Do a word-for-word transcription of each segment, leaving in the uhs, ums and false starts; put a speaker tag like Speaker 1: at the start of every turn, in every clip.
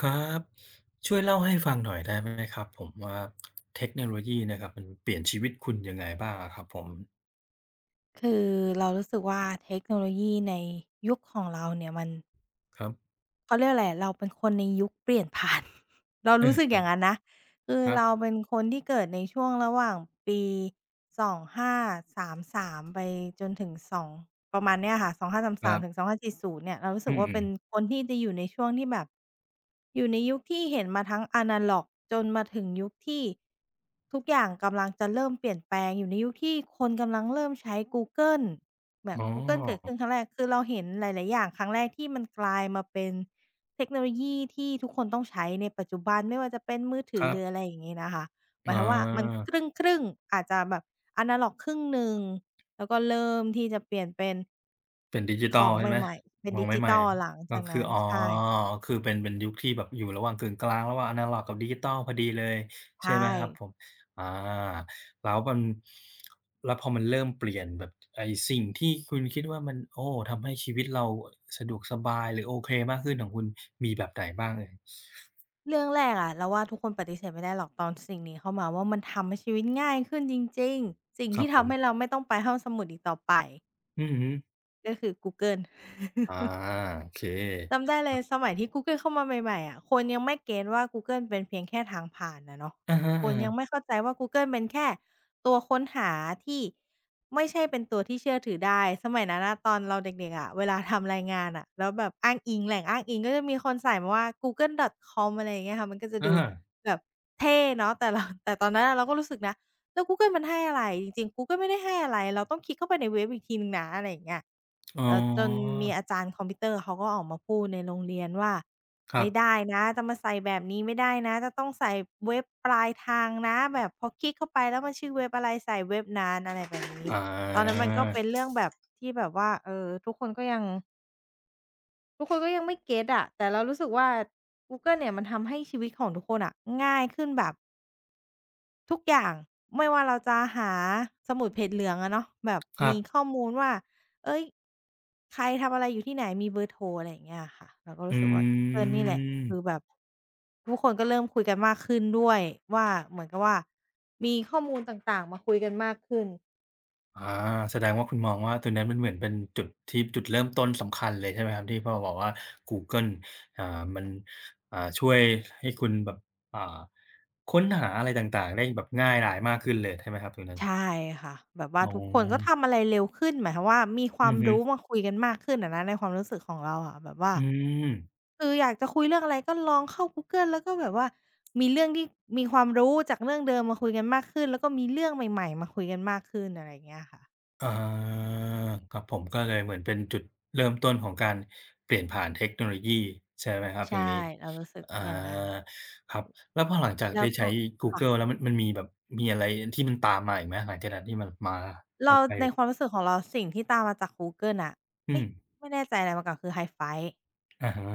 Speaker 1: ครับช่วยเล่าให้ฟังหน่อยได้ไหมครับผมว่าเทคโนโลยีเนะครับมันเปลี่ยนชีวิตคุณยังไงบ้างอะครับผม
Speaker 2: คือเรารู้สึกว่าเทคโนโลยีในยุคของเราเนี่ยมัน
Speaker 1: ครับ
Speaker 2: เขาเรียกอะไรเราเป็นคนในยุคเปลี่ยนผ่าน เรา
Speaker 1: เออ
Speaker 2: รู้สึกอย่างนั้นนะคือ
Speaker 1: ๆครับ
Speaker 2: เราเป็นคนที่เกิดในช่วงระหว่างปีสองห้าสามสามไปจนถึงสองประมาณเนี้ยค่ะสองห้าสาม
Speaker 1: ค
Speaker 2: สา
Speaker 1: รั
Speaker 2: มถึง
Speaker 1: บ
Speaker 2: สองพันห้าร้อยสี่สิบเนี่ยเรารู้สึ
Speaker 1: อื
Speaker 2: กว่าเป็
Speaker 1: ม
Speaker 2: น
Speaker 1: ๆ
Speaker 2: คนที่จะอยู่ในช่วงที่แบบอยู่ในยุคที่เห็นมาทั้งอะนาล็อกจนมาถึงยุคที่ทุกอย่างกำลังจะเริ่มเปลี่ยนแปลงอยู่ในยุคที่คนกำลังเริ่มใช้กูเกิลแบบ
Speaker 1: อ๋อ
Speaker 2: กูเกิลเกิดขึ้นครั้งแรกคือเราเห็นหลายๆอย่างครั้งแรกที่มันกลายมาเป็น เทคโนโลยีที่ทุกคนต้องใช้ในปัจจุบันไม่ว่าจะเป็นมือถื
Speaker 1: ค
Speaker 2: อ
Speaker 1: รั
Speaker 2: หรืออะไร
Speaker 1: บ
Speaker 2: อย่างงี้นะคะหมา
Speaker 1: อ
Speaker 2: ยความว่ามันค
Speaker 1: า
Speaker 2: รึ่งๆอาจจะแบบอะนาล็อกครึ่งหนึ่งแล้วก็เริ่มที่จะเปลี่ยนเป็น
Speaker 1: เป็นดิจิ
Speaker 2: ข
Speaker 1: ทั
Speaker 2: อ
Speaker 1: ล
Speaker 2: ง
Speaker 1: ใช่ไหม
Speaker 2: ใหม่ๆเป็น
Speaker 1: มอง
Speaker 2: ดิ
Speaker 1: ไม
Speaker 2: จิ
Speaker 1: ใหม่
Speaker 2: ทัลหลัง
Speaker 1: ก็
Speaker 2: จาก
Speaker 1: คือ
Speaker 2: นั้น
Speaker 1: อ๋อ
Speaker 2: ใช่
Speaker 1: คือเป็นเป็นยุคที่แบบอยู่ระหว่างกึ่งกลางระหว่างอนาล็อกกับดิจิทัลพอดีเลย
Speaker 2: ใช
Speaker 1: ใช่ไห
Speaker 2: ่
Speaker 1: มครับผมอาแล้วมันแล้วพอมันเริ่มเปลี่ยนแบบไอ้สิ่งที่คุณคิดว่ามันโอ้ทำให้ชีวิตเราสะดวกสบายหรือโอเคมากขึ้นของคุณมีแบบไหนบ้างเอ่ย
Speaker 2: เรื่องแรกอะเราว่าทุกคนปฏิเสธไม่ได้หรอกตอนสิ่งนี้เข้ามาว่ามันทำให้ชีวิตง่ายขึ้นจริงๆสิ่ง
Speaker 1: ครั
Speaker 2: ที่
Speaker 1: บผ
Speaker 2: ทำ
Speaker 1: ม
Speaker 2: ให้เราไม่ต้องไปห้องสมุดอีกต่อไป
Speaker 1: อือฮึ
Speaker 2: ก็คือกูเกิล
Speaker 1: อาโอเค
Speaker 2: จำได้เลยสมัยที่ Google เข้ามาใหม่ๆอะคนยังไม่เก็ตว่า Google เป็นเพียงแค่ทางผ่านอะเนาะ
Speaker 1: อะฮะ
Speaker 2: คนยังไม่
Speaker 1: ๆ
Speaker 2: เข้าใจว่า Google เป็นแค่ตัวค้นหาที่ไม่ใช่เป็นตัวที่เชื่อถือได้สมัยนั้นน่ะตอนเราเด็กๆอะเวลาทำรายงานอะแล้วแบบอ้างอิงแหล่งอ้างอิงก็จะมีคนใส่มาว่า กูเกิลดอทคอม อะไรอย่างเงี้ยค่ะมันก็จะดู
Speaker 1: อา
Speaker 2: แบบเท่เนาะแต่เราแต่ตอนนั้นน่ะเราก็รู้สึกนะ แล้ว Google มันให้อะไรจริงๆ Google ไม่ได้ให้อะไรเราต้องคลิกเข้าไปในเว็บอีกทีหนึ่งนะอะไรอย่างเงี้ย
Speaker 1: อ๋อ
Speaker 2: เอ่อจนมีอาจารย์คอมพิวเตอร์เขาก็ออกมาพูดในโรงเรียนว่า
Speaker 1: ครั
Speaker 2: ไม่ได้
Speaker 1: บ
Speaker 2: นะจะมาใส่แบบนี้ไม่ได้นะจะต้องใส่เว็บปลายทางนะแบบพอคลิกเข้าไปแล้วมันชื่อเว็บอะไรใส่เว็บนั้นอะไรแบบนี้
Speaker 1: อ
Speaker 2: ตอนนั้น
Speaker 1: า
Speaker 2: มันก็เป็นเรื่องแบบที่แบบว่าเออทุกคนก็ยังทุกคนก็ยังไม่เก็ตอะแต่เรารู้สึกว่า Google เนี่ยมันทำให้ชีวิตของทุกคนอะง่ายขึ้นแบบ ทุกอย่างไม่ว่าเราจะหาสมุดเพจเหลืองอะเนาะแบบ
Speaker 1: ครั
Speaker 2: มี
Speaker 1: บ
Speaker 2: ข้อมูลว่าเฮ้ยใครทำอะไรอยู่ที่ไหนมีเบอร์โทรอะไรอย่างเงี้ยอะค่ะเราก็รู้
Speaker 1: อื
Speaker 2: สึกว่า Google นี่แหละคือแบ
Speaker 1: ม
Speaker 2: บทุกคนก็เริ่มคุยกันมากขึ้นด้วยว่าเหมือนกับว่ามีข้อมูลต่างๆมาคุยกันมากขึ้น
Speaker 1: อ่า แสดงว่าคุณมองว่าตัวนั้นมันเหมือนเป็นจุดที่จุดเริ่มต้นสำคัญเลยใช่ไหมครับที่พอบอกว่ากูเกิลอ่ามันอ่าช่วยให้คุณแบบอ่าค้นหาอะไรต่างๆได้แบบง่ายดายมากขึ้นเลยใช่ไหมครับตรงนั้น
Speaker 2: ใช่ค่ะแบบว่า
Speaker 1: อ๋
Speaker 2: ทุกคนก็
Speaker 1: อ
Speaker 2: ทำอะไรเร็วขึ้นหมายความว่ามีควา
Speaker 1: อื
Speaker 2: ม
Speaker 1: อฮึ
Speaker 2: รู้มาคุยกันมากขึ้นอะนะในความรู้สึกของเราอะแบบว่า
Speaker 1: อืม
Speaker 2: คืออยากจะคุยเรื่องอะไรก็ลองเข้ากูเกิลแล้วก็แบบว่ามีเรื่องที่มีความรู้จากเรื่องเดิมมาคุยกันมากขึ้นแล้วก็มีเรื่องใหม่ๆมาคุยกันมากขึ้นอะไรอย่างเงี้ยค่ะ
Speaker 1: อาครับผมก็เลยเหมือนเป็นจุดเริ่มต้นของการเปลี่ยนผ่านเทคโนโลยีใช่ไหมครับตร
Speaker 2: ใช่
Speaker 1: งนี้
Speaker 2: เรารู้สึก
Speaker 1: อา
Speaker 2: อย่างงั้น
Speaker 1: ครับแล้วพอหลังจาก
Speaker 2: แล้ว
Speaker 1: ได้
Speaker 2: ก็
Speaker 1: ใช้กู
Speaker 2: ค่ะ
Speaker 1: เกิลแล้วมันมันมีแบบมีอะไรที่มันตามมาอีกไหมหลังจากนั้นที่มันมาค่
Speaker 2: เรา
Speaker 1: อย
Speaker 2: ในควา
Speaker 1: ๆ
Speaker 2: มรู้สึกของเราสิ่งที่ตามมาจากกูเกิลน่ะ
Speaker 1: อื
Speaker 2: เอ๊ะ
Speaker 1: ม
Speaker 2: ไม่แน่ใจอะไรมาก่อนคือ Hi-Fi
Speaker 1: อะฮะ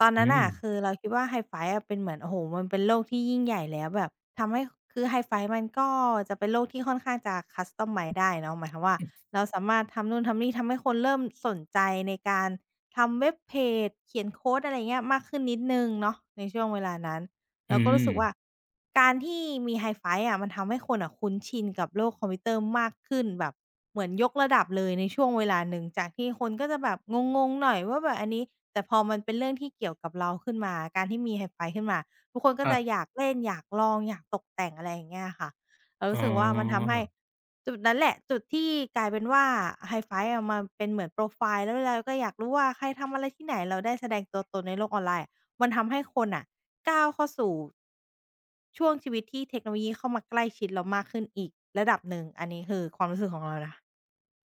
Speaker 2: ตอน
Speaker 1: อื
Speaker 2: นั้น
Speaker 1: ม
Speaker 2: น่ะคือเราคิดว่า Hi-Fi อะเป็นเหมือนโอ้โฮมันเป็นโลกที่ยิ่งใหญ่แล้วแบบทำให้คือ Hi-Fi มันก็จะเป็นโลกที่ค่อนข้างจะ customize ได้เนาะหมายความว่าเราสามารถทำนู่นทำนี่ทำให้คนเริ่มสนใจในการทำเว็บเพจเขียนโคดอะไรอย่างเงี้ยมากขึ้นนิดหนึ่งเนาะในช่วงเวลานั้น
Speaker 1: อื
Speaker 2: เราก็รู้สึกว่า
Speaker 1: ม
Speaker 2: การที่มี Hi-Fi อะมันทำให้คนอะคุ้นชินกับโลกคอมพิวเตอร์มากขึ้นแบบเหมือนยกระดับเลยในช่วงเวลาหนึ่งจากที่คนก็จะแบบงงๆหน่อยว่าแบบอันนี้แต่พอมันเป็นเรื่องที่เกี่ยวกับเราขึ้นมาการที่มี Hi-Fi ขึ้นมาทุกคนก็
Speaker 1: ครั
Speaker 2: จะอ
Speaker 1: บ
Speaker 2: ยากเล่นอยากลองอยากตกแต่งอะไรอย่างเงี้ยค่ะเรา
Speaker 1: อ๋อ
Speaker 2: รู้สึกว่ามันทำให้จุดนั้นแหละจุดที่กลายเป็นว่า Hi-Fi อะมาเป็นเหมือนโพรไฟล์แล้วเราก็อยากรู้ว่าใครทำอะไรที่ไหนเราได้แสดงตัวตนในโลกออนไลน์ มันทำให้คนอ่ะก้าวเข้าสู่ช่วงชีวิตที่เทคโนโลยีเข้ามาใกล้ชิดเรามากขึ้นอีกระดับหนึ่งอันนี้คือความรู้สึกของเรานะ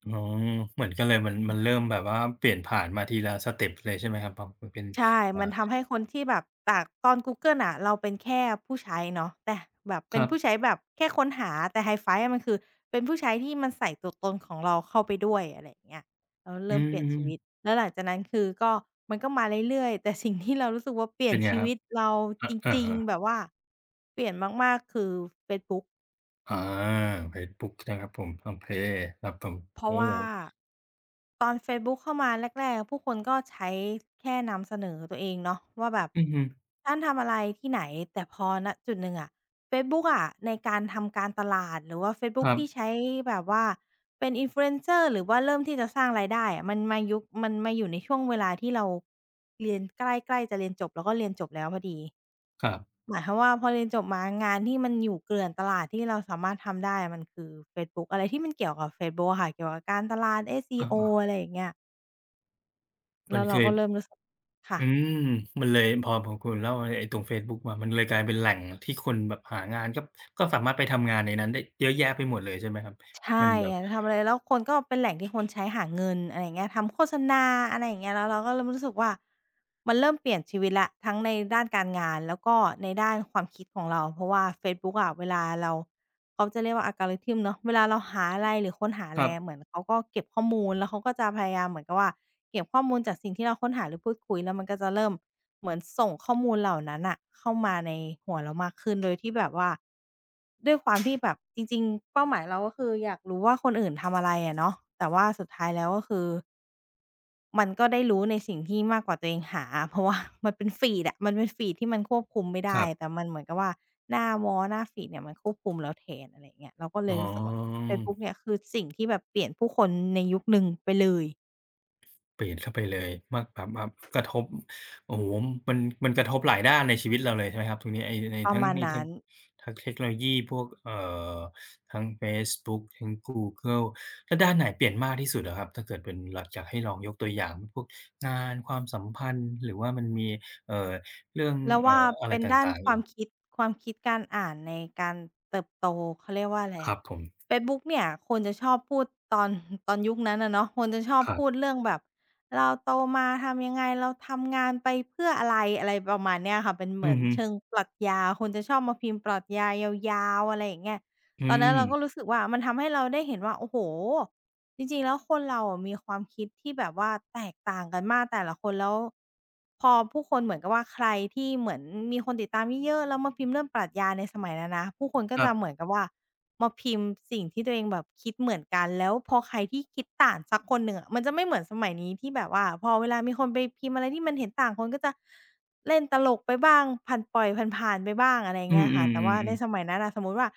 Speaker 1: อ๋อเหมือนกันเลยมันมันเริ่มแบบว่าเปลี่ยนผ่านมาทีละสเต็ปเลยใช่ไหมครับพอมันเป็น
Speaker 2: ใช่
Speaker 1: อ่า
Speaker 2: มันทำให้คนที่แบบจากตอนกูเกิลน่ะเราเป็นแค่ผู้ใช้เนาะแต่แบบเป็
Speaker 1: ค
Speaker 2: น
Speaker 1: รับ
Speaker 2: ผู้ใช้แบบแค่ค้นหาแต่ HiFi อะมันคือเป็นผู้ใช้ที่มันใส่ตัวตนของเราเข้าไปด้วยอะไรอย่างเงี้ยแล้ว
Speaker 1: อื
Speaker 2: เริ่มเปลี่ยนชีวิต
Speaker 1: ม
Speaker 2: แล้วหลังจากนั้นคือก็มันก็มาเรื่อยๆแต่สิ่งที่เรารู้สึกว่าเปลี่ย
Speaker 1: เป็
Speaker 2: น
Speaker 1: นไง
Speaker 2: ชี
Speaker 1: ครับ
Speaker 2: วิตเรา
Speaker 1: อ
Speaker 2: จ
Speaker 1: อ
Speaker 2: ริง
Speaker 1: าๆ
Speaker 2: ๆแบบว่าเปลี่ยนมากๆคือเฟซบุ๊ก
Speaker 1: อา Facebook นะครับผม PromptPay ครับผม
Speaker 2: เพราะ
Speaker 1: โอ้
Speaker 2: ว่าตอนเฟซบุ๊กเข้ามาแรกๆผู้คนก็ใช้แค่นำเสนอตัวเองเนาะว่าแบบ
Speaker 1: อือฮึ
Speaker 2: ฉันทำอะไรที่ไหนแต่พอณจุดหนึ่งอะเฟซบุ๊กอะในการทำการตลาดหรือว่าเฟซ
Speaker 1: ค
Speaker 2: บุ๊ก
Speaker 1: รั
Speaker 2: ที่
Speaker 1: บ
Speaker 2: ใช้แบบว่าเป็น Influencer หรือว่าเริ่มที่จะสร้างรายได้อะมันมายุคมันมาอยู่ในช่วงเวลาที่เราเรียนใกล้ๆจะเรียนจบแล้วก็เรียนจบแล้วพอดี
Speaker 1: ครับ
Speaker 2: หมายความว่าพอเรียนจบมางานที่มันอยู่เกลื่อนตลาดที่เราสามารถทำได้อะมันคือเฟซบุ๊กอะไรที่มันเกี่ยวกับเฟซบุ๊กอะค่ะเกี่ยวกับการตลาด
Speaker 1: อ
Speaker 2: เอส อี โอ
Speaker 1: า
Speaker 2: อะไรอย่างเงี้ย
Speaker 1: ๆมั
Speaker 2: แล้
Speaker 1: น
Speaker 2: ว
Speaker 1: เค
Speaker 2: เรา
Speaker 1: ย
Speaker 2: ก็เริ่มรู้สึกค่ะ
Speaker 1: อืมมันเลยพอพอคุณเล่าไอ้ไอ้ตรงเฟซบุ๊กมามันเลยกลายเป็นแหล่งที่คนแบบหางานก็ก็สามารถไปทำงานในนั้นได้เยอะแยะไปหมดเลยใช่ไหมครับ
Speaker 2: ใช
Speaker 1: มั
Speaker 2: ่
Speaker 1: นแบ
Speaker 2: อ
Speaker 1: บ
Speaker 2: ยากจะทำอะไรแล้วคนก็เป็นแหล่งที่คนใช้หาเงินอะไรอย่างเงี้ยทำโฆษณาอะไรอย่างเงี้ยแล้วเราก็เริ่มรู้สึกว่ามันเริ่มเปลี่ยนชีวิตแล้วทั้งในด้านการงานแล้วก็ในด้านความคิดของเราเพราะว่าเฟซบุ๊กอะเวลาเราเขาจะเรียกว่า algorithm เนาะเวลาเราหาอะไรหรือค้นหาอะ
Speaker 1: ค
Speaker 2: ไร
Speaker 1: รั
Speaker 2: อะเห
Speaker 1: บ
Speaker 2: มือนเขาก็เก็บข้อมูลแล้วเขาก็จะพยายามเหมือนกับว่า เก็บข้อมูลจากสิ่งที่เราค้นหาหรือพูดคุยแล้วมันก็จะเริ่มเหมือนส่งข้อมูลเหล่านั้นน่ะเข้ามาในหัวเรามากขึ้นโดยที่แบบว่าด้วยความที่แบบจริงๆเป้าหมายเราก็คืออยากรู้ว่าคนอื่นทำอะไรอะเนาะแต่ว่าสุดท้ายแล้วก็คือมันก็ได้รู้ในสิ่งที่มากกว่าตัวเองหาเพราะว่ามันเป็นฟีดอะมันเป็นฟีดที่มันควบคุมไม่
Speaker 1: ค
Speaker 2: ได้
Speaker 1: รับ
Speaker 2: แต่มันเหมือนกับว่าหน้าวอลหน้าฟีดเนี่ยมันควบคุมเราแทนอะไรอย่างเงี้ยเราก็เล
Speaker 1: อ๋
Speaker 2: ยรู้สึกว่า
Speaker 1: อ
Speaker 2: เฟซบุ๊กเนี่ยคือสิ่งที่แบบเปลี่ยนผู้คนในยุคหนึ่งไปเลย
Speaker 1: เปลี่ยนเข้าไปเลยมากแบบแบบกระทบโอ้โฮมันมันกระทบหลายด้านในชีวิตเราเลยใช่ไหมครับตรงนี้ไอ้ใน
Speaker 2: ประ
Speaker 1: ทั้ง
Speaker 2: มาณ
Speaker 1: ในทั้
Speaker 2: นั้
Speaker 1: ง
Speaker 2: น
Speaker 1: ทั้งเทคโนโลยีพวกเอ่อทั้งเฟซบุ๊กทั้งกูเกิลแล้วด้านไหนเปลี่ยนมากที่สุดเหรอครับถ้าเกิดเป็นลอยากให้ลองยกตัวอย่างพวกงานความสัมพันธ์หรือว่ามันมีเอ่อเรื่อง
Speaker 2: แล้ว
Speaker 1: เอ่
Speaker 2: ว่า
Speaker 1: ออะไร
Speaker 2: เป็นด้าน
Speaker 1: ต่าง
Speaker 2: ค
Speaker 1: ๆอี
Speaker 2: วาม
Speaker 1: ก
Speaker 2: คิดความคิดการอ่านในการเติบโตเขาเรียกว่าอะไร
Speaker 1: ครั
Speaker 2: อะ
Speaker 1: บผม
Speaker 2: เฟซบุ๊กเนี่ยคนจะชอบพูดตอนตอนยุคนั้นอะเนาะคนจะชอบ
Speaker 1: ครับ
Speaker 2: พูดเรื่องแบบเราโตมาทำยังไงเราทำงานไปเพื่ออะไรอะไรประมาณเนี้ยค่ะเป็นเหมื
Speaker 1: อื
Speaker 2: อ
Speaker 1: อ
Speaker 2: น
Speaker 1: ฮึ
Speaker 2: เชิงปรัชญาคนจะชอบมาพิมพ์ปรัชญายาวๆอะไรอย่างเงี้ย
Speaker 1: อื
Speaker 2: ตอนนั้นเราก็รู้
Speaker 1: ม
Speaker 2: สึกว่ามันทำให้เราได้เห็นว่าโอ้โฮ จริงๆแล้วคนเราอะมีความคิดที่แบบว่าแตกต่างกันมากแต่ละคน แล้วพอผู้คนเหมือนกับว่าใครที่เหมือนมีคนติดตามเยอะๆแล้วมาพิมพ์เรื่องปรัชญาในสมัยนั้นนะผู้คนก็
Speaker 1: ครั
Speaker 2: จะเหมือ
Speaker 1: บ
Speaker 2: นกับว่ามาพิมพ์สิ่งที่ตัวเองแบบคิดเหมือนกันแล้วพอใครที่คิดต่างสักคนหนึ่งอะมันจะไม่เหมือนสมัยนี้ที่แบบว่าพอเวลามีคนไปพิมพ์อะไรที่มันเห็นต่างคนก็จะเล่นตลกไปบ้างผ่านปล่อยผ่านๆไปบ้างอะไรอย่าง
Speaker 1: อื
Speaker 2: เงี้ยค่ะแต่ว่า
Speaker 1: อๆ
Speaker 2: ใน
Speaker 1: ๆ
Speaker 2: สมั
Speaker 1: ๆ
Speaker 2: ยนั้นน่ะสมมุติว่า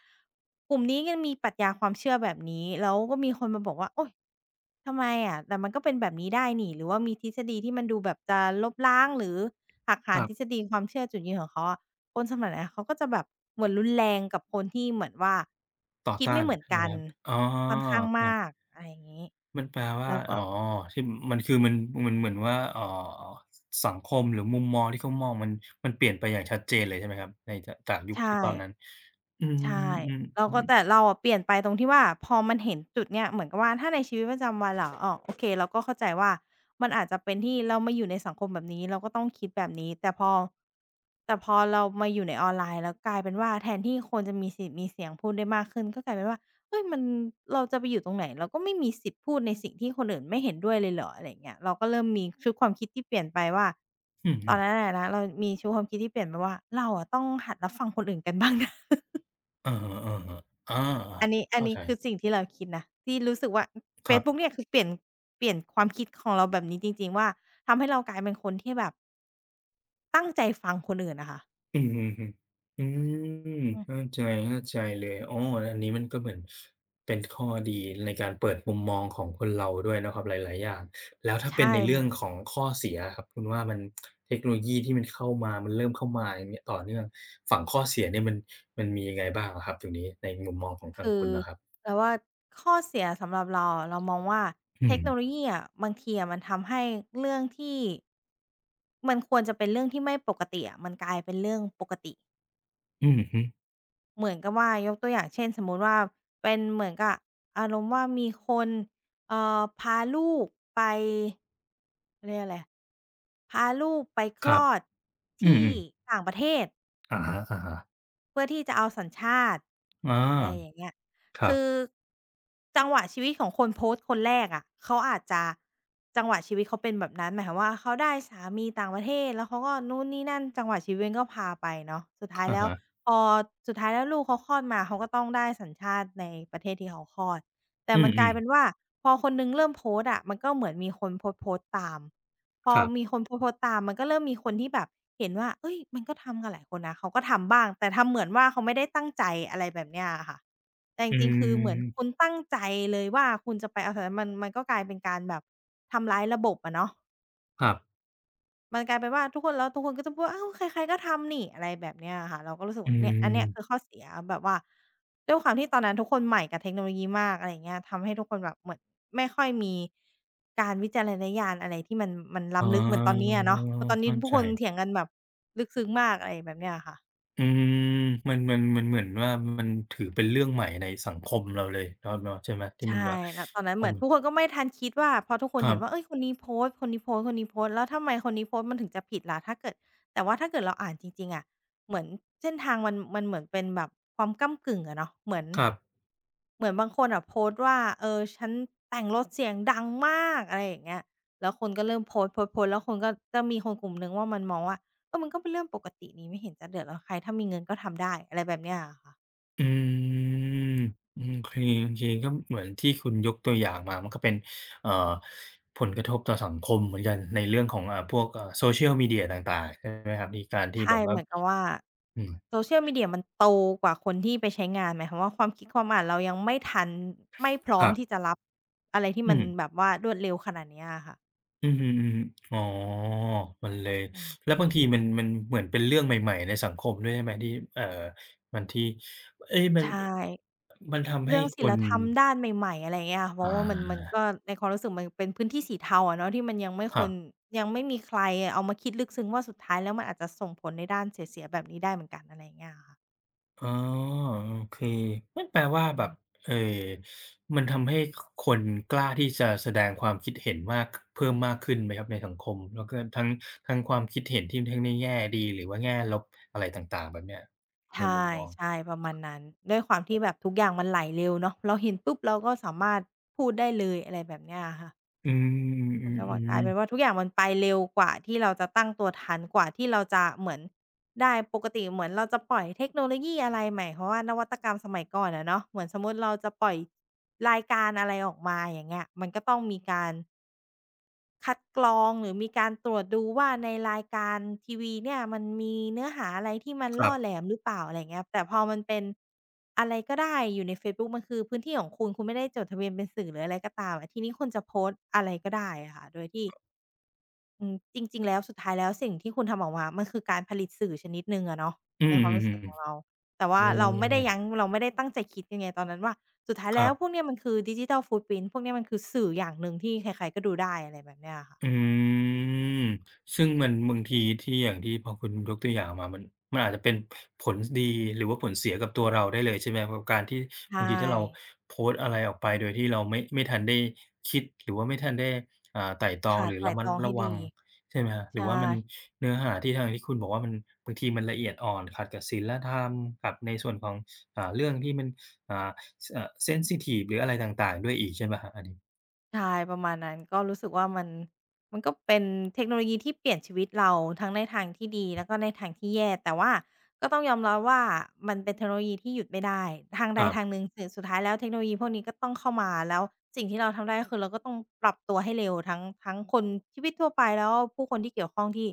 Speaker 2: กลุ่มนี้ยังมีปรัชญาความเชื่อแบบนี้แล้วก็มีคนมาบอกว่าโอ๊ยทำไมอะแต่มันก็เป็นแบบนี้ได้นี่หรือว่ามีทฤษฎีที่มันดูแบบจะลบล้างหรือหักหา
Speaker 1: ค
Speaker 2: น
Speaker 1: รั
Speaker 2: ทฤษ
Speaker 1: บ
Speaker 2: ฎีความเชื่อจุดยืนของเขาอะคนสมัยเนี้ยเขาก็จะแบบเหมือนรุนแรงกับคนที่เหมือนว่า
Speaker 1: ต่อ
Speaker 2: คิด
Speaker 1: ต้า
Speaker 2: ไม่
Speaker 1: น
Speaker 2: เหมือน
Speaker 1: ใช่
Speaker 2: กั
Speaker 1: ไหม
Speaker 2: น
Speaker 1: ครับอ๋อ
Speaker 2: ค่อนข้าง
Speaker 1: เออ
Speaker 2: มากอะไรอย่างงี้
Speaker 1: มันแปลว่า
Speaker 2: เราก็
Speaker 1: อ๋อที่มันคือมันมันเหมือนว่าเอ่อสังคมหรือมุมมองที่เขามองมันมันเปลี่ยนไปอย่างชัดเจนเลยใช่ไหมครับในจจากยุคที่
Speaker 2: ใช่
Speaker 1: ตอนนั้นอื
Speaker 2: ใช่
Speaker 1: ม
Speaker 2: เราก็
Speaker 1: ๆๆ
Speaker 2: แต่เราอะเปลี่ยนไปตรงที่ว่าพอมันเห็นจุดเนี้ยเหมือนกับว่าถ้าในชีวิตประจำวันเหรออ้อโอเคเราก็เข้าใจว่ามันอาจจะเป็นที่เรามาอยู่ในสังคมแบบนี้เราก็ต้องคิดแบบนี้แต่พอแต่พอเรามาอยู่ในออนไลน์แล้วกลายเป็นว่าแทนที่คนจะมีสิทธิ์มีเสียงพูดได้มากขึ้นก็กลายเป็นว่าเฮ้ยมันเราจะไปอยู่ตรงไหนเราก็ไม่มีสิทธิ์พูดในสิ่งที่คนอื่นไม่เห็นด้วยเลยเหรออะไรอย่างเงี้ยเราก็เริ่มมีชุดความคิดที่เปลี่ยนไปว่า
Speaker 1: อือ
Speaker 2: ต
Speaker 1: ฮึ
Speaker 2: อนนั้นอะนะเรามีชุดความคิดที่เปลี่ยนไปว่าเราอะต้องหัดรับฟังคนอื่นกันบ้างนะ
Speaker 1: อือๆเอะฮอๆๆอา
Speaker 2: อันนี้อัน
Speaker 1: เข้า
Speaker 2: นี้
Speaker 1: ใจ
Speaker 2: คือสิ่งที่เราคิดนะที่รู้สึกว่าเฟ
Speaker 1: ครั
Speaker 2: ซบุ๊ก
Speaker 1: บ
Speaker 2: เนี่ยคือเปลี่ยนเปลี่ยนความคิดของเราแบบนี้จริงๆว่าทำให้เรากลายเป็นคนที่แบบตั้งใจฟังคนอื่นน่ะค่ะ
Speaker 1: อืมอืมอืมอืม
Speaker 2: อืม
Speaker 1: เข้าใจเข้าใจเลยอ๋ออันนี้มันก็เหมือนเป็นข้อดีในการเปิดมุมมองของคนเราด้วยเนาะครับหลายๆอย่างแล้วถ้าเป็น
Speaker 2: ใช่
Speaker 1: ใน
Speaker 2: เห
Speaker 1: เรื่อ
Speaker 2: มื
Speaker 1: ง
Speaker 2: อน
Speaker 1: ของข้อเสียอะครับคุณว่ามันเทคโนโลยีที่มันเข้ามามันเริ่มเข้ามาอย่างเงี้ยต่อเนื่องฝั่งข้อเสียเนี่ยมันมันมียังไงบ้างอะครับตรงนี้ในมุมมองของทาง
Speaker 2: คือ
Speaker 1: คุณนะครับ
Speaker 2: เราว่าข้อเสียสำหรับเราอะเรามองว่า
Speaker 1: อื
Speaker 2: เท
Speaker 1: ม
Speaker 2: คโนโลยีอะบางทีอะมันทำให้เรื่องที่มันควรจะเป็นเรื่องที่ไม่ปกติอะมันกลายเป็นเรื่องปกติ
Speaker 1: อือฮึ
Speaker 2: เหมือนกับว่ายกตัวอย่างเช่นสมมุติว่าเป็นเหมือนกับอารมณ์ว่ามีคนเอ่อพาลูกไปเขาเรียกอะไรพาลูกไปค
Speaker 1: ค
Speaker 2: ล
Speaker 1: รับ
Speaker 2: อด
Speaker 1: อื
Speaker 2: ที่
Speaker 1: ม
Speaker 2: ต่างประเทศ
Speaker 1: ๆอะฮะ
Speaker 2: เพื่อที่จะเอาสัญชาติ
Speaker 1: ๆอา
Speaker 2: อะไรอย่างเงี้ย
Speaker 1: ครั
Speaker 2: คือ
Speaker 1: บ
Speaker 2: จังหวะชีวิตของคนโพสต์คนแรกอะเขาอาจจะจังหวะชีวิตเขาเป็นแบบนั้นหมายความว่าเขาได้สามีต่างประเทศแล้วเขาก็นู่นนี่นั่นจังหวะชีวิตมันก็พาไปเนาะสุดท้าย
Speaker 1: อะ
Speaker 2: แล้ว
Speaker 1: ฮะ
Speaker 2: พอสุดท้ายแล้วลูกเขาคลอดมาเขาก็ต้องได้สัญชาติในประเทศที่เขาคลอดแต่
Speaker 1: อื
Speaker 2: มันกลาย
Speaker 1: ม
Speaker 2: เป็น
Speaker 1: ๆ
Speaker 2: ว่าพอคนหนึ่งเริ่มโพสต์อะมันก็เหมือนมีคนโพสต์ๆตตาม พอ
Speaker 1: ครั
Speaker 2: มี
Speaker 1: บ
Speaker 2: คนโพสต์ๆตามมันก็เริ่มมีคนที่แบบเห็นว่าเอ้ยมันก็ทำกันหลายคนนะเขาก็ทำบ้างแต่ทำเหมือนว่าเขาไม่ได้ตั้งใจอะไรแบบเนี้ยอะค่ะแต่จ
Speaker 1: อื
Speaker 2: ริงๆคือเหมือนคุณ
Speaker 1: ม
Speaker 2: ตั้งใจเลยว่าคุณจะไปเอาแต่มันมันก็กลายเป็นการแบบทำร้ายระบบอะเนาะ
Speaker 1: ครับ
Speaker 2: มันกลายเป็นว่าทุกคนแล้วทุกคนก็จะพูดว่าอ้าวใครๆก็ทำนี่อะไรแบบเนี้ยอะค่ะเราก็รู้สึก
Speaker 1: อื
Speaker 2: ว่าเนี่ยอันเนี้ยคือ
Speaker 1: ม
Speaker 2: ข้อเสียแบบว่าด้วยความที่ตอนนั้นทุกคนใหม่กับเทคโนโลยีมากอะไรอย่างเงี้ยทำให้ทุกคนแบบเหมือนไม่ค่อยมีการวิจารณญาณอะไรที่มันมัน
Speaker 1: อ๋อ
Speaker 2: ล้ำลึกเหมือนตอนนี้อะเนาะเพราะตอนนี้
Speaker 1: เข้า
Speaker 2: ผู้
Speaker 1: ใจ
Speaker 2: คนเถียงกันแบบลึกซึ้งมากอะไรแบบเนี้ยอะค่ะ
Speaker 1: อืมมันมันมันเหมือนว่ามันถือเป็นเรื่องใหม่ในสังคมเราเลยเนาะเนาะใช่ไหมที่มัน
Speaker 2: ใช่
Speaker 1: ว่า
Speaker 2: ณตอนนั้นเห
Speaker 1: อื
Speaker 2: มือนทุกค
Speaker 1: ม
Speaker 2: นก็ไม่ทันคิดว่าพอทุกคน
Speaker 1: ครั
Speaker 2: เห็นว่าเฮ้
Speaker 1: บ
Speaker 2: ยคนนี้โพสต์คนนี้โพสต์คนนี้โพสต์แล้วทำไมคนนี้โพสต์มันถึงจะผิดล่ะถ้าเกิดแต่ว่าถ้าเกิดเราอ่านจริงๆอะเหมือนเส้นทางมันมันเหมือนเป็นแบบความก้ำกึ่งอะเนาะเหมือน
Speaker 1: ครับ
Speaker 2: เหมือนบางคนอะโพสต์ว่าเออฉันแต่งรถเสียงดังมากอะไรอย่างเงี้ยแล้วคนก็เริ่มโพสต์โพสต์ๆแล้วคนก็จะมีคนกลุ่มหนึ่งว่ามันมองว่าเออมันก็เป็นเรื่องปกตินี่ไม่เห็นจะเดือดร้อนใครถ้ามีเงินก็ทำได้อะไรแบบเนี้ยอะค่ะ
Speaker 1: อืมอืมเคโอเคก็เหมือนที่คุณยกตัวอย่างมามันก็เป็นเอ่อผลกระทบต่อสังคมเหมือนกันในเรื่องของอ่าพวกอ่า Social Media ต่างๆใช่ไหมครับมีการที่
Speaker 2: ใช่
Speaker 1: แบบว่า
Speaker 2: เหมือนกับว่า
Speaker 1: อืม
Speaker 2: โซเชียล มีเดีย มันโตกว่าคนที่ไปใช้งานหมายความว่าความคิดความอ่านเรายังไม่ทันไม่พร้อ
Speaker 1: ค
Speaker 2: ม
Speaker 1: รั
Speaker 2: ที่
Speaker 1: บ
Speaker 2: จะรับอะไรที่
Speaker 1: อื
Speaker 2: มัน
Speaker 1: ม
Speaker 2: แบบว่ารวดเร็วขนาดเนี้ยอะค่ะ
Speaker 1: อือฮึออฮึอ๋อมันเลย
Speaker 2: อื
Speaker 1: แล้
Speaker 2: ม
Speaker 1: วบางทีมันมันเหมือนเป็นเรื่องใหม่ๆในสังคมด้วยใช่ไหมที่เอ่อมันที่เอ๊ยมั
Speaker 2: ใช
Speaker 1: น
Speaker 2: ่
Speaker 1: มันทำ
Speaker 2: เรื่
Speaker 1: ให้
Speaker 2: อง
Speaker 1: ค
Speaker 2: ศีล
Speaker 1: น
Speaker 2: ธรรมด้านใหม่ๆอะไรอย่างเงี้ยค่ะเพราะ
Speaker 1: อา
Speaker 2: ว่ามันมันก็ในความรู้สึกมันเป็นพื้นที่สีเทาอะเนาะที่มันยังไม่
Speaker 1: ค
Speaker 2: ค
Speaker 1: รั
Speaker 2: น
Speaker 1: บ
Speaker 2: ยังไม่มีใครเอามาคิดลึกซึ้งว่าสุดท้ายแล้วมันอาจจะส่งผลในด้านเสียๆแบบนี้ได้เหมือนกันอะไรอย่างเงี้ยอะค่ะ
Speaker 1: อ๋อโอเคนั่นแปลว่า
Speaker 2: อื
Speaker 1: แบบ
Speaker 2: ม
Speaker 1: เอ่อมันทำให้คคนกล้าที่จะแสดงความคิดเห็นมากเพิ่มมากขึ้นไหมครับในสังคมแล้วก็ทั้งทั้งความคิดเห็นที่ทั้งในแง่ดีหรือว่าแง่ลบอะไรต่างๆแบบเนี้ย
Speaker 2: ใช
Speaker 1: ในมุ
Speaker 2: ่
Speaker 1: มมอง
Speaker 2: ใช่ประมาณนั้นด้วยความที่แบบทุกอย่างมันไหลเร็วเนาะเราเห็นปุ๊บเราก็สามารถพูดได้เลยอะไรแบบเนี้ยอะค่ะ
Speaker 1: อืม
Speaker 2: เหมื
Speaker 1: อื
Speaker 2: อนกับว่ากลา
Speaker 1: อ
Speaker 2: ยเป็น
Speaker 1: ๆ
Speaker 2: ว่าทุกอย่างมันไปเร็วกว่าที่เราจะตั้งตัวทันกว่าที่เราจะเหมือนได้ปกติเหมือนเราจะปล่อยเทคโนโลยีอะไรหมายความว่านวัตกรรมสมัยก่อนอะเนาะเหมือนสมมุติเราจะปล่อยรายการอะไรออกมาอย่างเงี้ยมันก็ต้องมีการ คัดกรองหรือมีการตรวจดูว่าในรายการทีวีเนี่ยมันมีเนื้อหาอะไรที่มัน
Speaker 1: ครั
Speaker 2: ล่อแหล
Speaker 1: บ
Speaker 2: มหรือเปล่าอะไรอย่างเงี้ยแต่พอมันเป็นอะไรก็ได้อยู่ในเฟซบุ๊กมันคือพื้นที่ของคุณคุณไม่ได้จดทะเบียนเป็นสื่อหรืออะไรก็ตามอะทีนี้คุณจะโพสต์อะไรก็ได้อะค่ะโดยที่อืมจริงๆแล้วสุดท้ายแล้วสิ่งที่คุณทำออกมามันคือการผลิตสื่อชนิดหนึ่งอะเนาะ
Speaker 1: อื
Speaker 2: ในความรู้สึกของ
Speaker 1: ม
Speaker 2: เราแต่ว่า
Speaker 1: อื
Speaker 2: เราไม่ได้
Speaker 1: ม
Speaker 2: ยั้งเราไม่ได้ตั้งใจคิดยังไงตอนนั้นว่า สุดท้าย
Speaker 1: ค
Speaker 2: แล้
Speaker 1: รั
Speaker 2: วพวก
Speaker 1: บ
Speaker 2: เนี้ยมันคือ ดิจิทัล ฟุตพรินต์ พวกเนี้ยมันคือสื่ออย่างหนึ่งที่ใครๆก็ดูได้อะไรแบบเนี้ยอะค่ะ
Speaker 1: อืมซึ่งมันบางทีที่อย่างที่พอคุณยกตัวอย่างมามันมันอาจจะเป็นผลดีหรือว่าผลเสียกับตัวเราได้เลยใช่ไหมครับกับการที่
Speaker 2: ใช่
Speaker 1: บางทีถ้าเราโพสต์อะไรออกไปโดยที่เราไม่ไม่ทันได้คิดหรือว่าไม่ทันได้อ่าไตร่ตรอง
Speaker 2: ค่ะ
Speaker 1: หรื
Speaker 2: ไต
Speaker 1: อ
Speaker 2: ร่
Speaker 1: ระมั
Speaker 2: ตร
Speaker 1: ด
Speaker 2: องให้
Speaker 1: ระวั
Speaker 2: ดี
Speaker 1: งใช่ไหมครับหรื
Speaker 2: ใช่
Speaker 1: อว่ามันเนื้อหาที่ทางที่คุณบอกว่ามันบางทีมันละเอียดอ่อนขัดกับศีลธรรมกับในส่วนของอ่าเรื่องที่มันอ่าสเอ่อเซนซิทิฟหรืออะไรต่างๆด้วยอีกใช่ไหมครับอันนี้
Speaker 2: ใช่ประมาณนั้นก็รู้สึกว่ามันมันก็เป็นเทคโนโลยีที่เปลี่ยนชีวิตเราทั้งในทางที่ดีแล้วก็ในทางที่แย่แต่ว่าก็ต้องยอมรับว่ามันเป็นเทคโนโลยีที่หยุดไม่ได้ทาง
Speaker 1: ค
Speaker 2: ใด
Speaker 1: รั
Speaker 2: ทางห
Speaker 1: บ
Speaker 2: นึ่งถึงสุดท้ายแล้วเทคโนโลยีพวกนี้ก็ต้องเข้ามาแล้วสิ่งที่เราทำได้ก็คือเราก็ต้องปรับตัวให้เร็วทั้งทั้งคนชีวิตทั่วไปแล้วผู้คนที่เกี่ยวข้องที่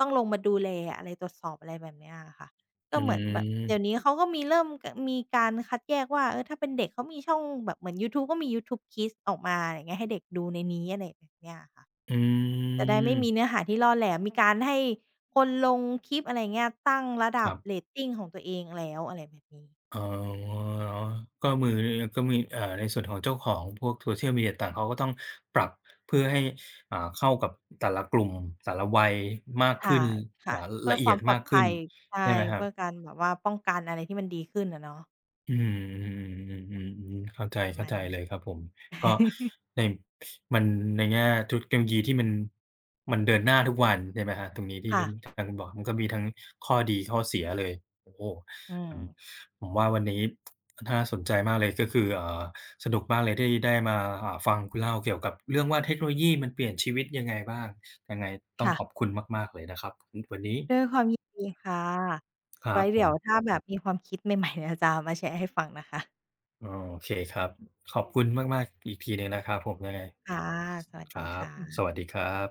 Speaker 2: ต้องลงมาดูแลอะไรตรวจสอบอะไรแบบเนี้ยอะค่ะ ก็
Speaker 1: อื
Speaker 2: เหมือนแบบเดี๋ยว
Speaker 1: ม
Speaker 2: นี้เขาก็มีเริ่มกะมีการคัดแยกว่าเออถ้าเป็นเด็กเขามีช่องแบบเหมือนยูทูบก็มี ยูทูบ คิดส์ ออกมาอะไรอย่างเงี้ยให้เด็กดูในนี้อะไรแบบเนี้ยค่ะ
Speaker 1: อื
Speaker 2: จะได้ไม่มี
Speaker 1: ม
Speaker 2: เนื้อหาที่ล่อแหลมมีการให้คนลงคลิปอะไรอย่างเงี้ยตั้งระ
Speaker 1: ค
Speaker 2: ดับ
Speaker 1: รั
Speaker 2: เร
Speaker 1: บ
Speaker 2: ตติงของตัวเองแล้วอะไรแบบนี้
Speaker 1: อ๋อก็มือก็มีเอ่อในส่วนของเจ้าของพวก social media ต่างเขาก็ต้องปรับเพื่อให้อ่าเข้ากับแต่ละกลุ่มแต่ละวัยมากขึ้
Speaker 2: ใช่
Speaker 1: น
Speaker 2: ค่ะ
Speaker 1: อ่า
Speaker 2: เพื่อ
Speaker 1: ละ
Speaker 2: ค
Speaker 1: เอีย
Speaker 2: วา
Speaker 1: ด
Speaker 2: มปลอด
Speaker 1: มากขึ้
Speaker 2: ภั
Speaker 1: น
Speaker 2: ยใช่
Speaker 1: ใช่ไหมครับ
Speaker 2: เพื่อการแบบว่าป้องกันอะไรที่มันดีขึ้นอะเนาะ
Speaker 1: อืมอืมอืมอืมอืมเข้าใจ
Speaker 2: ประ
Speaker 1: เข้า
Speaker 2: มาณ
Speaker 1: ใจ
Speaker 2: นี้
Speaker 1: เลยครับผมก็ ในมันในแง่ทุกเทคโนโลยีที่มันมันเดินหน้าทุกวันใช่ไหมครับตรงนี้ที่
Speaker 2: ค่ะ
Speaker 1: ทางคุณบอกมันก็มีทั้งข้อดีข้อเสียเลยโอ้โฮ
Speaker 2: อืม
Speaker 1: อืมผมว่าวันนี้น่าสนใจมากเลยก็คือเอ่อสนุกมากเลยที่ได้มาอ่าฟังคุณเล่าเกี่ยวกับเรื่องว่าเทคโนโลยีมันเปลี่ยนชีวิตยังไงบ้างยังไงต้อง
Speaker 2: ค่ะ
Speaker 1: ขอบคุณมากๆเลยนะครับอือวันนี้
Speaker 2: ด้วยความยินดีค่ะ
Speaker 1: ครั
Speaker 2: ไว้
Speaker 1: บผ
Speaker 2: เดี๋ย
Speaker 1: ม
Speaker 2: วถ้าแบบมีความคิดใหม่ๆ เนี่ยจะมาแชร์ให้ฟังนะคะ
Speaker 1: อ๋อโอเคครับขอบคุณมากๆอีกทีหนึ่งนะครับผมยังไง
Speaker 2: ค่ะสวัส
Speaker 1: ค
Speaker 2: ดี
Speaker 1: รับส
Speaker 2: ค่ะ
Speaker 1: วัสดีครับ